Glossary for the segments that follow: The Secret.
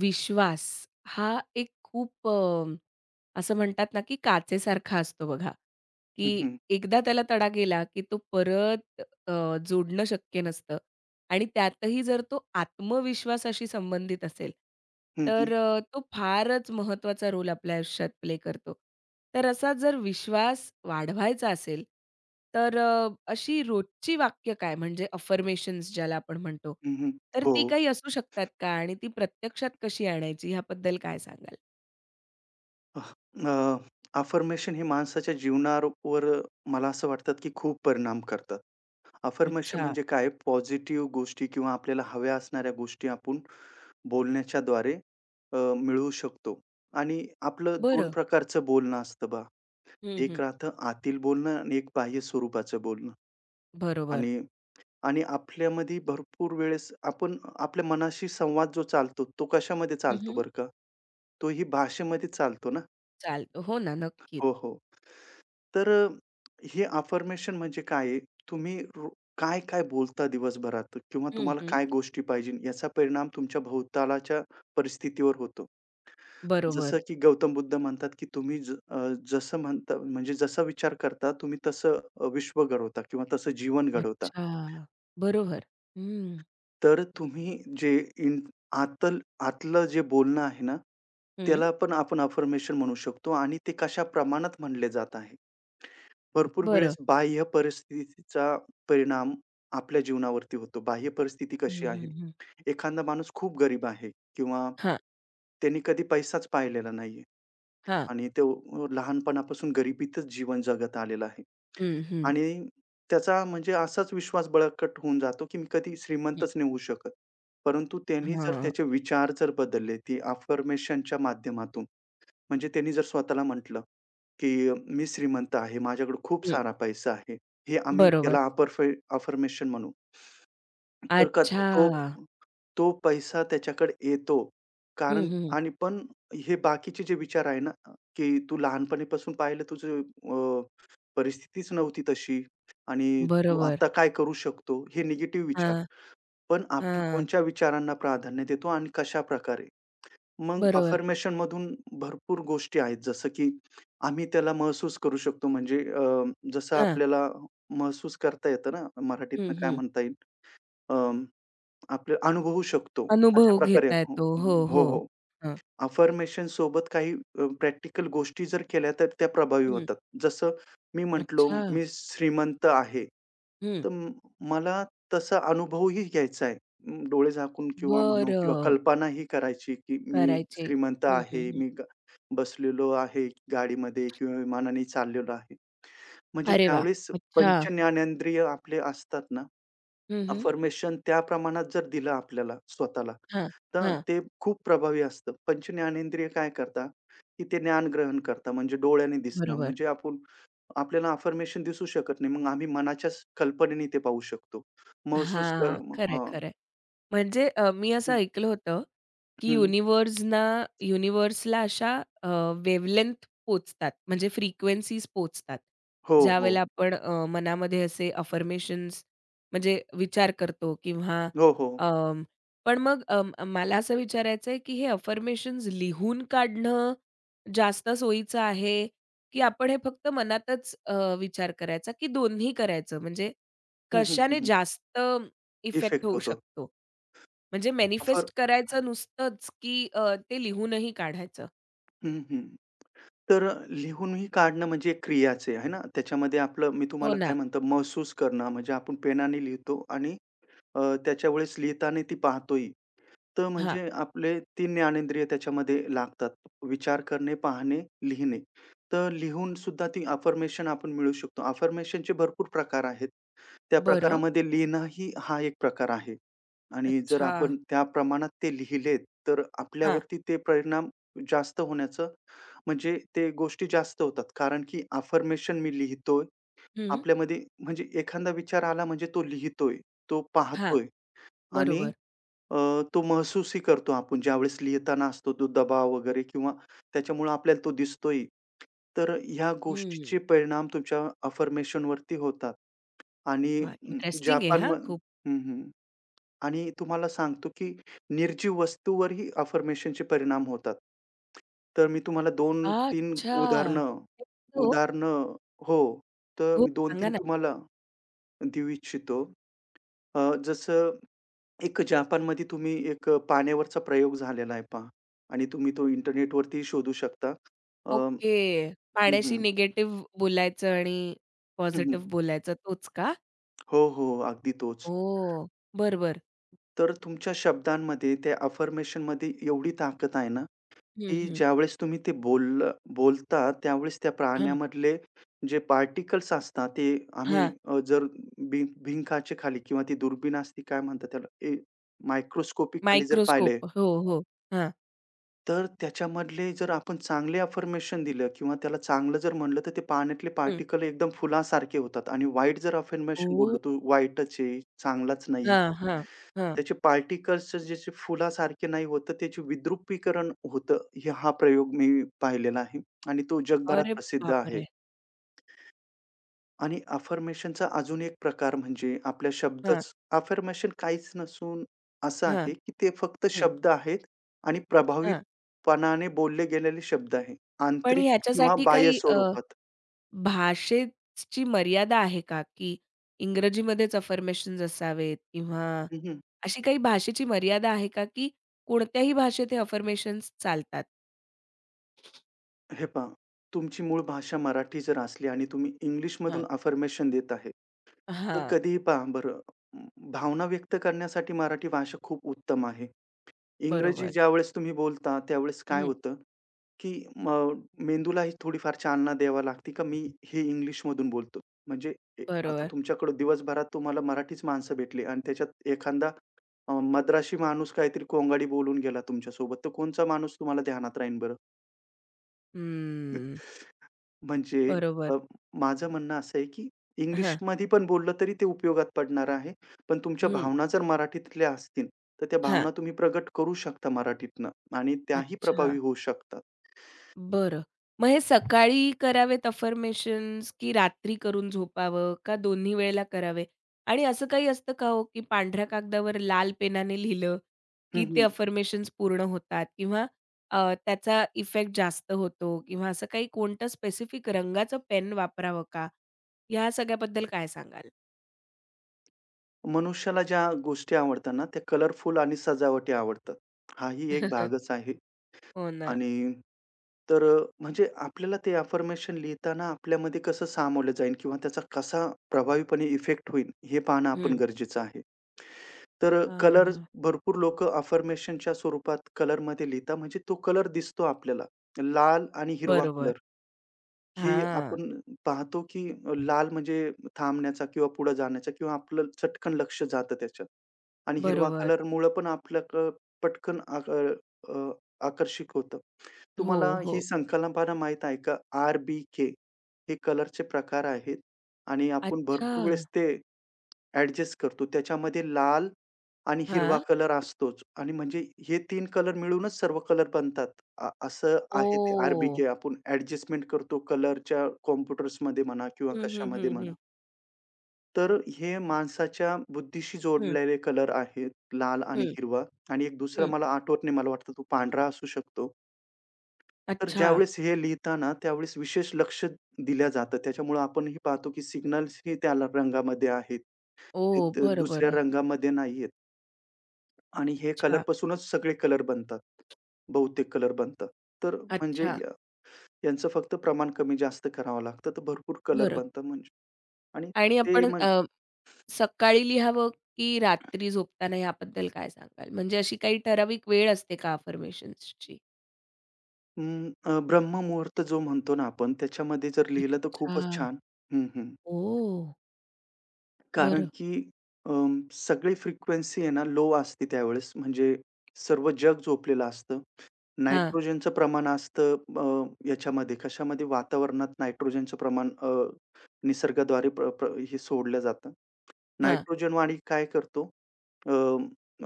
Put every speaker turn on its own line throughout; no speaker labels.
विश्वास हा एक खूप असं म्हणतात ना, की काचेसारखा असतो बघा,
हं,
की
हं.
एकदा त्याला तडा गेला, की तो परत जोडणं शक्य नसतं. आणि त्यातही जर तो आत्मविश्वासाशी संबंधित असेल,
हं, हं.
तर तो फारच महत्वाचा रोल आपल्या आयुष्यात प्ले करतो. तर असा जर विश्वास वाढवायचा असेल, तर अशी रोजची वाक्य काय म्हणजे अफर्मेशन्स ज्याला आपण म्हणतो,
हं, हं.
तर
हो.
ती काही असू शकतात का? आणि ती प्रत्यक्षात कशी आणायची ह्याबद्दल काय सांगाल?
अ, अफर्मेशन हे माणसाच्या जीवनावर मला असं वाटतं, की खूप परिणाम करतात. अफर्मेशन
अच्छा.
म्हणजे काय? पॉझिटिव्ह गोष्टी किंवा आपल्याला हव्या असणाऱ्या गोष्टी आपण बोलण्याच्या द्वारे मिळवू शकतो. आणि आपलं दोन
बरं.
प्रकारचं बोलणं असतं बघा.
हं,
एक
हं.
राहतं आतील बोलणं आणि एक बाह्य स्वरूपाचं बोलणं.
बरोबर.
आणि आणि आपल्यामध्ये भरपूर वेळेस आपण आपल्या मनाशी संवाद जो चालतो, तो कशामध्ये
हं,
चालतो
हं.
बरं का? तोही भाषेमध्ये चालतो ना.
चालतं. हो ना, नक्कीच.
हो, हो. तर हे अफर्मेशन म्हणजे काय आहे? तुम्ही रो काय-काय बोलता दिवसभरात किंवा
हं,
तुम्हाला
हं.
काय गोष्टी पाहिजे याचा परिणाम तुमच्या भोवतालाच्या परिस्थितीवर होतो. जसं
बरोबर.
की गौतम बुद्ध म्हणतात, की जसं म्हणता म्हणजे जसा विचार करता तुम्ही तसं विश्व घडवता किंवा तसं जीवन घडवता.
अच्छा. बरोबर. हं.
तर तुम्ही जे इन आतल आतलं जे बोलणं आहे ना,
हं.
त्याला पण आपण अफर्मेशन म्हणू शकतो आणि ते कशा प्रमाणात म्हणले जात आहे. भरपूर
बरं.
वेळेस बाह्य परिस्थितीचा परिणाम आपल्या जीवनावरती होतो. बाह्य परिस्थिती
हं,
कशी आहे?
हं, हं.
एखादा माणूस खूप गरीब आहे किंवा
हां,
त्यांनी कधी पैसाच पाहिलेला नाहीये.
हां.
आणि तो लहानपणापासून गरिबीतच जीवन जगत आलेला आहे.
हं, हं.
आणि त्याचा म्हणजे असाच विश्वास बळकट होऊन जातो, की मी कधी
हं.
श्रीमंतच नाही होऊ शकत. परंतु त्यांनी जर
हां.
त्याचे विचार जर बदलले, ती अफर्मेशनच्या माध्यमातून म्हणजे त्यांनी जर स्वतःला म्हटलं, की "मी श्रीमंत आहे, माझ्याकडे खूप
हं.
सारा पैसा आहे." हे आम्ही
बरोबर.
याला अफर्मेशन म्हणू. तर का तो
अच्छा.
तो पैसा त्याच्याकडे येतो.
हं,
कारण
हं.
आणि पण हे बाकीचे जे विचार आहे ना, की तू लहानपणीपासून पाहिलं तुझं अ, परिस्थितीच नव्हती तशी आणि तू
बरोबर.
आता काय करू शकतो? हे निगेटिव्ह विचार.
हां,
पण आपण
हां.
कोणत्या विचारांना प्राधान्य देतो आणि कशाप्रकारे? मग
बरोबर.
अफर्मेशनमधून भरपूर गोष्टी आहेत. जसं की आम्ही त्याला महसूस करू शकतो म्हणजे जसं
हां.
आपल्याला महसूस करता येतं ना,
हं,
मराठीतनं काय
हं.
म्हणता येईल? आपले अनुभवू शकतो.
अनुभव
अशा प्रकारे
घेता
हो,
येतो. हो,
हो,
हो.
हो.
हां.
अफर्मेशन सोबत काही प्रॅक्टिकल गोष्टी जर केल्या तर त्या प्रभावी
हं.
होतात. जसं मी म्हटलो
अच्छा.
मी श्रीमंत आहे.
हं.
तर मला तसा अनुभवही घ्यायचा आहे. डोळे झाकून किंवा म्हणू किंवा
बरं.
कल्पनाही करायची की मी
करायचे.
श्रीमंत
हं, हं,
आहे.
हं.
मी ग बसलेलो आहे गाडीमध्ये किंवा विमानाने चाललेलो आहे. म्हणजे
अरे वाह!
ज्यावेळेस
अच्छा.
पंचज्ञानेंद्रिय आपले असतात ना,
हं, हं.
अफर्मेशन त्या प्रमाणात जर दिलं आपल्याला स्वतःला,
हां,
तर
हां.
ते खूप प्रभावी असतं. पंच ज्ञानेंद्रिय काय करता की ते ज्ञान ग्रहण करतात. म्हणजे डोळ्याने दिसणं.
बरोबर.
म्हणजे आपण आपल्याला अफर्मेशन दिसू शकत नाही. मग आम्ही मनाच्याच कल्पनेने ते पाहू शकतो. महसूस कर
हां. खरंय,
हां.
खरंय. म्हणजे मी असं
हं,
ऐकलं होतं, की
हं.
युनिव्हर्सला अशा अ, वेव्हलेंग्थ पोहोचतात, म्हणजे फ्रिक्वेन्सीज पोचतात
हो, हो.
ज्यावेळेला आपण मनामध्ये असे अफर्मेशन्स म्हणजे विचार करतो किंवा
हो, हो.
अं, पण मग मला असं विचारायचं आहे, की हे अफर्मेशन्स लिहून काढणं जास्त सोयीचं आहे, की आपण हे फक्त मनातच विचार करायचा, की दोन्ही करायचं? म्हणजे कशाने जास्त इफेक्ट
इफेक्ट
होऊ
होतो.
शकतो. म्हणजे
अफर
मॅनिफेस्ट करायचं नुसतंच, की ते लिहूनही काढायचं?
हं, हं. तर लिहूनही काढणं म्हणजे एक क्रियाच आहे, आहे ना? त्याच्यामध्ये आपलं मी
हो
तुम्हाला काय
ना.
म्हणतो महसूस करणं म्हणजे आपण पेनाने लिहितो आणि त्याच्यावेळेस लिहिताना ती पाहतोही. तर
हां.
म्हणजे आपले 3 ज्ञानेंद्रिय त्याच्यामध्ये लागतात. विचार करणे, पाहणे, लिहिणे. तर लिहून सुद्धा ती अफर्मेशन आपण मिळवू शकतो. अफर्मेशनचे भरपूर प्रकार आहेत. त्या
बरं.
प्रकारामध्ये लिहिणंही हा एक प्रकार आहे आणि जर
अच्छा.
आपण त्या प्रमाणात ते लिहिले, तर
हां.
आपल्यावरती ते परिणाम जास्त होण्याचं म्हणजे ते गोष्टी जास्त होतात. कारण की अफर्मेशन मी लिहितोय.
हं.
आपल्यामध्ये म्हणजे एखादा विचार आला म्हणजे तो लिहितोय, तो
हां.
पाहतोय. आणि
बरोबर.
अ, तो महसूसही करतो आपण ज्यावेळेस लिहिताना असतो तो दबाव वगैरे किंवा त्याच्यामुळे आपल्याला तो दिसतोही. तर ह्या गोष्टीचे
हं.
परिणाम तुमच्या affirmation वरती होतात आणि
वाह! इंटरेस्टिंग आहे
जापान
हां
म
खूप.
हं, हं. आणि तुम्हाला सांगतो की निर्जीव वस्तूवरही अफर्मेशनचे परिणाम होतात. तर मी तुम्हाला 2-3
अच्छा.
उदाहरणं
हो.
उदाहरणं हो. तर
हो.
मी
सांगा
2-3
ना.
तुम्हाला देऊ इच्छितो. जसं एक जपानमध्ये तुम्ही एक पाण्यावरचा प्रयोग झालेला आहे पहा आणि तुम्ही तो इंटरनेटवरती शोधू शकता. हं,
ओके. पाण्याशी
हं.
निगेटिव्ह बोलायचं आणि
हं,
पॉझिटिव्ह बोलायचं तोच का?
हो, हो. हो, अगदी तोच.
ओह! बरं, बरं.
तर तुमच्या शब्दांमध्ये त्या अफर्मेशनमध्ये एवढी ताकद आहे ना,
हं,
की
हं.
ज्यावेळेस तुम्ही ते बोलता त्यावेळेस त्या
हां.
प्राण्यामधले जे पार्टिकल्स असतात ते आम्ही
हां.
जर भिंकाचे खाली किंवा ती दुर्बीण असते काय म्हणतात त्याला? मायक्रोस्कोपी खाली जर
मायक्रोस्कोप.
पाहिले
हो, हो. हां.
तर त्याच्यामधले जर आपण चांगले अफर्मेशन दिलं किंवा त्याला चांगलं जर म्हणलं, तर ते पाण्यातले
हं.
पार्टिकल एकदम फुलासारखे होतात आणि वाईट जर अफर्मेशन बोललो,
ओह!
"तू वाईटच आहे, चांगलाच नाहीये."
हां, हां. हां.
त्याचे पार्टिकल्स जसे फुलासारखे नाही होत, त्याचे विद्रुपीकरण होतं. हे हा प्रयोग मी पाहिलेला आहे आणि तो जगभरात
अरे
प्रसिद्ध आहे.
बापरे!
आणि अफर्मेशनचा अजून एक प्रकार म्हणजे आपल्या
हां,
शब्दच अफर्मेशन काहीच नसून असं
हां,
आहे, की ते फक्त
हं.
शब्द आहेत आणि
हां.
प्रभावीपणाने बोलले गेलेले शब्द आहे.
पण
आंतरिक किंवा
ह्याच्यासाठी
बाह्य
काही
स्वरूपात.
भाषेची मर्यादा आहे का? की इंग्रजीमध्येच अफर्मेशन्स असावेत किंवा
हं, हं.
अशी काही भाषेची मर्यादा आहे का? की कोणत्याही भाषेत हे अफर्मेशन्स चालतात?
हे पहा, तुमची मूळ भाषा मराठी जर असली आणि तुम्ही इंग्लिशमधून
हां,
अफर्मेशन देत आहे, तर
हां.
कधीही पहा बरं, म, भावना व्यक्त करण्यासाठी मराठी भाषा खूप उत्तम आहे. इंग्रजी
बरोबर.
ज्यावेळेस तुम्ही बोलता, त्यावेळेस काय
हं,
होतं की मग मेंदूलाही थोडीफार चालना द्यावी लागते, का मी हे इंग्लिशमधून बोलतो. म्हणजे आता
बरोबर.
तुमच्याकडे दिवसभरात तुम्हाला मराठीच माणसं भेटली आणि त्याच्यात एखादा मद्रासी माणूस काहीतरी कोंगाडी बोलून गेला तुमच्यासोबत, तर कोणचा माणूस तुम्हाला ध्यानात राहीन बरं?
हम्म.
म्हणजे
बरोबर.
अ, माझं म्हणणं असं आहे, की
हां.
इंग्लिशमध्ये पण बोललं तरी ते उपयोगात पडणार आहे. पण तुमच्या
हं.
भावना जर मराठीतल्या असतील, तर त्या
हां.
भावना तुम्ही प्रगट करू शकता मराठीतनं आणि त्याही
अच्छा.
प्रभावी होऊ शकतात.
बरं. मग हे सकाळी करावेत अफर्मेशन्स की रात्री करून झोपावं का दोन्ही वेळेला करावे? आणि असं काही असतं का हो, की पांढऱ्या कागदावर लाल पेनाने लिहिलं, की ते अफर्मेशन्स पूर्ण होतात किंवा त्याचा इफेक्ट जास्त होतो किंवा असं काही कोणतं स्पेसिफिक रंगाचं पेन वापरावं का? ह्या सगळ्याबद्दल काय सांगाल?
मनुष्याला ज्या गोष्टी आवडतात ना, त्या कलरफुल आणि सजावटी आवडतात. हाही एक भागच आहे
हो ना.
आणि तर म्हणजे आपल्याला ते अफर्मेशन लिहिताना आपल्यामध्ये कसं सामावलं जाईल किंवा त्याचा कसा प्रभावीपणे इफेक्ट होईल, हे पाहणं आपण
हं.
गरजेचं आहे. तर अ, कलर
हां.
भरपूर लोकं अफर्मेशनच्या स्वरूपात कलरमध्ये लिहितात, म्हणजे तो कलर दिसतो आपल्याला. लाल आणि हिरवा
बरोबर.
कलर हे
हां.
आपण पाहतो, की लाल म्हणजे थांबण्याचा किंवा पुढे जाण्याचा किंवा आपलं चटकन लक्ष जातं त्याच्यात. आणि हिरवा
बरोबर.
कलरमुळं पण आपल्याकडं पटकन अ, आकर्षित होतं.
हो,
तुम्हाला ही
हो.
संकल्पना माहित आहे का? आर-बी-के हे कलरचे प्रकार आहेत आणि आपण
अच्छा.
भरपूर वेळेस ते ॲडजस्ट करतो. त्याच्यामध्ये लाल आणि हिरवा
हां.
कलर असतोच आणि म्हणजे हे तीन कलर मिळूनच सर्व कलर बनतात. असं आहे ते आर
ओह!
के आपण ॲडजस्टमेंट करतो कलरच्या कॉम्प्युटर्समध्ये म्हणा किंवा
हं, हं,
कशामध्ये
हं,
म्हणा.
हं.
तर हे माणसाच्या बुद्धीशी
हं,
जोडलेले कलर आहेत, लाल आणि
हं,
हिरवा आणि एक दुसरा
हं.
मला आठवत नाही, मला वाटतं तो पांढरा असू शकतो. तर
अच्छा.
ज्यावेळेस हे लिहिताना त्यावेळेस विशेष लक्ष दिलं जातं. त्याच्यामुळं आपणही पाहतो की सिग्नल्सही त्या रंगामध्ये आहेत. ते
ओह!
तर
बरं,
दुसऱ्या
बरं.
रंगामध्ये नाहीयेत आणि हे
अच्छा,
कलरपासूनच सगळे कलर बनतात. बहुतेक कलर बनतात. तर म्हणजे
अच्छा.
या यांचं फक्त प्रमाण कमी-जास्त करावं लागतं, तर भरपूर कलर
बरं.
बनतात म्हणजे. आणि
आणि
ते
आपण
म्हण
सकाळी लिहावं की रात्री झोपताना याबद्दल काय सांगाल? म्हणजे अशी काही ठराविक वेळ असते का अफर्मेशन्सची?
अं, अ, ब्रह्ममुहूर्त जो म्हणतो ना आपण त्याच्यामध्ये जर लिहिलं तर खूपच
अच्छा.
छान. हं, हं.
ओह!
कारण
बरं.
की सगळी फ्रिक्वेन्सी आहे ना लो असते त्यावेळेस म्हणजे सर्व जग झोपलेलं असतं
हां,
नायट्रोजनचं प्रमाण असतं याच्यामध्ये कशामध्ये? वातावरणात नायट्रोजनचं प्रमाण निसर्गाद्वारे प्र प्र हे सोडलं जातं.
हां.
नायट्रोजन वायू काय करतो? अ,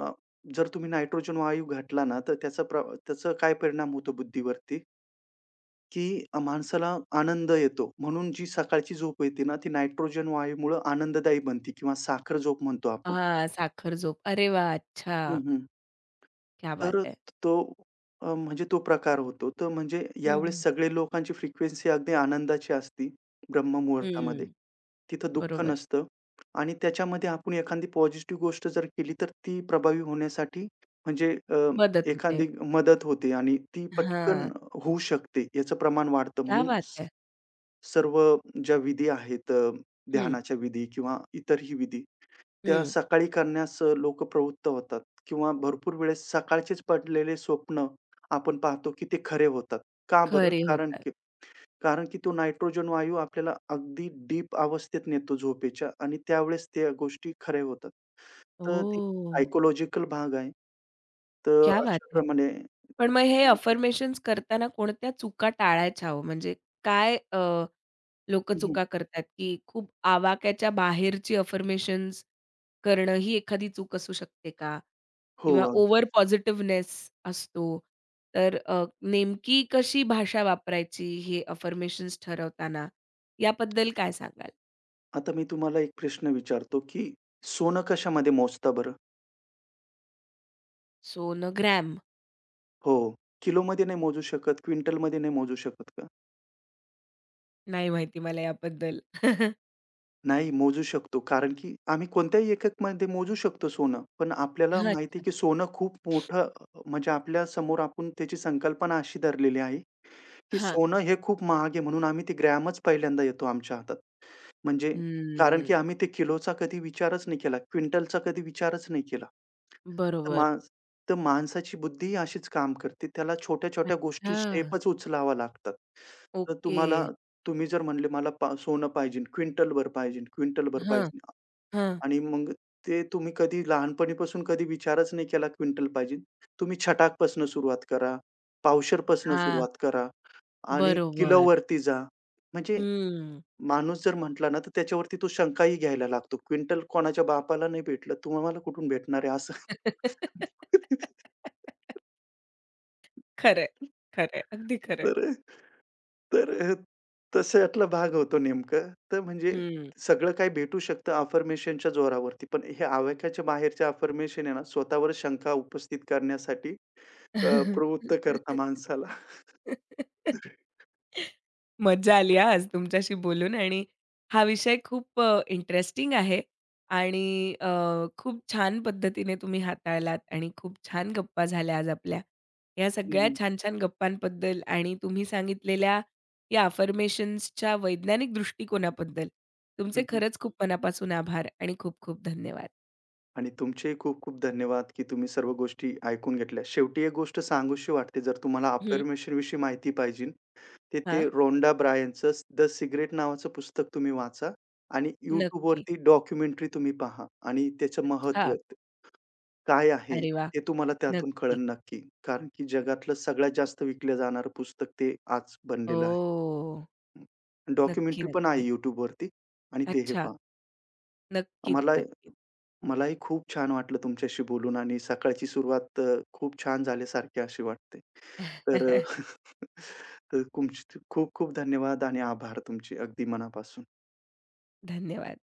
अ, जर तुम्ही नायट्रोजन वायू घातला ना, तर त्याचा त्याचा काय परिणाम होतो बुद्धीवरती, की माणसाला आनंद येतो. म्हणून जी सकाळची झोप येते ना, ती नायट्रोजन वायूमुळं आनंददायी बनते किंवा साखर झोप म्हणतो आपण.
हां, साखर झोप. अरे वाह! अच्छा.
हं, हं.
क्या बात
तर
है!
तो म्हणजे तो प्रकार होतो. तर म्हणजे
हं,
यावेळेस
हं.
सगळे लोकांची फ्रिक्वेन्सी अगदी आनंदाची असते ब्रह्ममुहूर्तामध्ये.
हं.
तिथं दुःख
बरोबर.
नसतं आणि त्याच्यामध्ये आपण एखादी पॉझिटिव्ह गोष्ट जर केली, तर ती प्रभावी होण्यासाठी म्हणजे
मदत होते.
एखादी मदत होते आणि ती पटकन
हां.
होऊ शकते. याचं प्रमाण वाढतं
क्या
म्हणून
बात है!
सर्व ज्या विधी आहेत
हं,
ध्यानाच्या विधी किंवा इतरही विधी, त्या
हं.
सकाळी करण्यास लोक प्रवृत्त होतात किंवा भरपूर वेळेस सकाळचेच पडलेले स्वप्न आपण पाहतो की ते खरे होतात. का बरं?
खरे
कारण
होतात.
की कारण की तो नायट्रोजन वायू आपल्याला अगदी डीप अवस्थेत नेतो झोपेच्या आणि त्यावेळेस त्या गोष्टी खऱ्या होतात. तर ते
ओह!
सायकॉलॉजिकल भाग आहे. तर
क्या बात है!
अशाप्रमाणे. हं,
पण मग हे अफर्मेशन्स करताना कोणत्या चुका टाळायच्या हो? म्हणजे काय लोकं
हं.
चुका करतात, की खूप आवाक्याच्या बाहेरची अफर्मेशन्स करणं ही एखादी चूक असू शकते का?
हो,
किंवा
अगदीच.
ओव्हर पॉझिटिव्हनेस असतो. तर नेमकी कशी भाषा वापरायची हे अफर्मेशन्स ठरवताना, याबद्दल काय सांगाल?
आता मी तुम्हाला एक प्रश्न विचारतो की सोनं कशामध्ये मोजता बरं?
सोनोग्राम
हो. किलोमध्ये नाही मोजू शकत, क्विंटलमध्ये नाही मोजू शकत का?
नाही माहिती मला याबद्दल.
नाही मोजू शकतो. कारण की आम्ही कोणत्याही एककमध्ये मोजू शकतो सोनं. पण आपल्याला माहिती आहे
अच्छा.
की सोनं खूप मोठं म्हणजे आपल्या समोर आपण त्याची संकल्पना अशी धरलेली आहे, की
हां.
सोनं हे खूप महाग आहे म्हणून आम्ही ते ग्रॅमच पहिल्यांदा येतो आमच्या हातात. म्हणजे कारण की
हं,
आम्ही ते किलोचा कधी विचारच नाही केला. क्विंटलचा कधी विचारच नाही केला. तर
बरोबर.
माणस तर माणसाची बुद्धी अशीच काम करते. त्याला छोट्या-छोट्या गोष्टी
अच्छा.
स्टेपच उचलाव्या लागतात. तर
ओके.
तुम्हाला तुम्ही जर म्हणले मला पा सोनं पाहिजे, क्विंटलभर पाहिजे, क्विंटलभर
हां,
पाहिजे
हां.
आणि मग ते तुम्ही कधी लहानपणीपासून कधी विचारच नाही केला क्विंटल पाहिजे. तुम्ही छटाकपासून सुरुवात करा, पावशेरपासून
हां,
सुरुवात करा आणि
बरोबर.
किलोवरती जा. म्हणजे
हम्म.
माणूस जर म्हटला ना, तर त्याच्यावरती तो शंकाही घ्यायला लागतो. क्विंटल कोणाच्या बापाला नाही भेटलं, तुम्हाला कुठून भेटणार आहे असं.
खरंय, खरंय. अगदी खरंय.
तर तर अ, तशातला भाग होतो नेमकं. तर म्हणजे
हं.
सगळं काही भेटू शकतं अफर्मेशनच्या जोरावरती. पण हे आवाक्याच्या बाहेरचे अफर्मेशन आहे ना, स्वतःवर शंका उपस्थित करण्यासाठी प्रवृत्त करता माणसाला.
मज्जा आली हां, आज तुमच्याशी बोलून आणि हा विषय खूप इंटरेस्टिंग आहे आणि खूप छान पद्धतीने तुम्ही हाताळलात आणि खूप छान गप्पा झाल्या आज आपल्या. या
हं,
सगळ्या
हं.
छान-छान गप्पांबद्दल आणि तुम्ही सांगितलेल्या या अफर्मेशन्सच्या वैज्ञानिक दृष्टिकोनाबद्दल तुमचे खरंच खूप मनापासून आभार आणि खूप-खूप धन्यवाद.
आणि तुमचेही खूप-खूप धन्यवाद, की तुम्ही सर्व गोष्टी ऐकून घेतल्या. शेवटी एक गोष्ट सांगूशी वाटते, जर तुम्हाला
हं.
अफर्मेशन विषयी माहिती पाहिजे, तर ते
हां,
रोंडा ब्रायनचं द सिक्रेट नावाचं पुस्तक तुम्ही वाचा आणि
नक्की.
YouTubeवरती डॉक्युमेंटरी तुम्ही पहा आणि त्याचं महत्त्व
अच्छा.
काय आहे,
अरे वाह!
हे तुम्हाला त्यातून कळेल
नक्की.
नक्की. कारण की जगातलं सगळ्यात जास्त विकलं जाणारं पुस्तक ते आज बनलेलं आहे.
ओह! नक्की,
डॉक्युमेंटरी पण आहे
नक्की.
YouTubeवरती आणि ते हे
अच्छा.
पहा.
नक्कीच,
मला
नक्कीच.
मलाही खूप छान वाटलं तुमच्याशी बोलून आणि सकाळची सुरुवात खूप छान झाल्यासारखी अशी वाटते. तर तर तुमचे खूप खूप धन्यवाद आणि आभार तुमचे अगदी मनापासून.
धन्यवाद.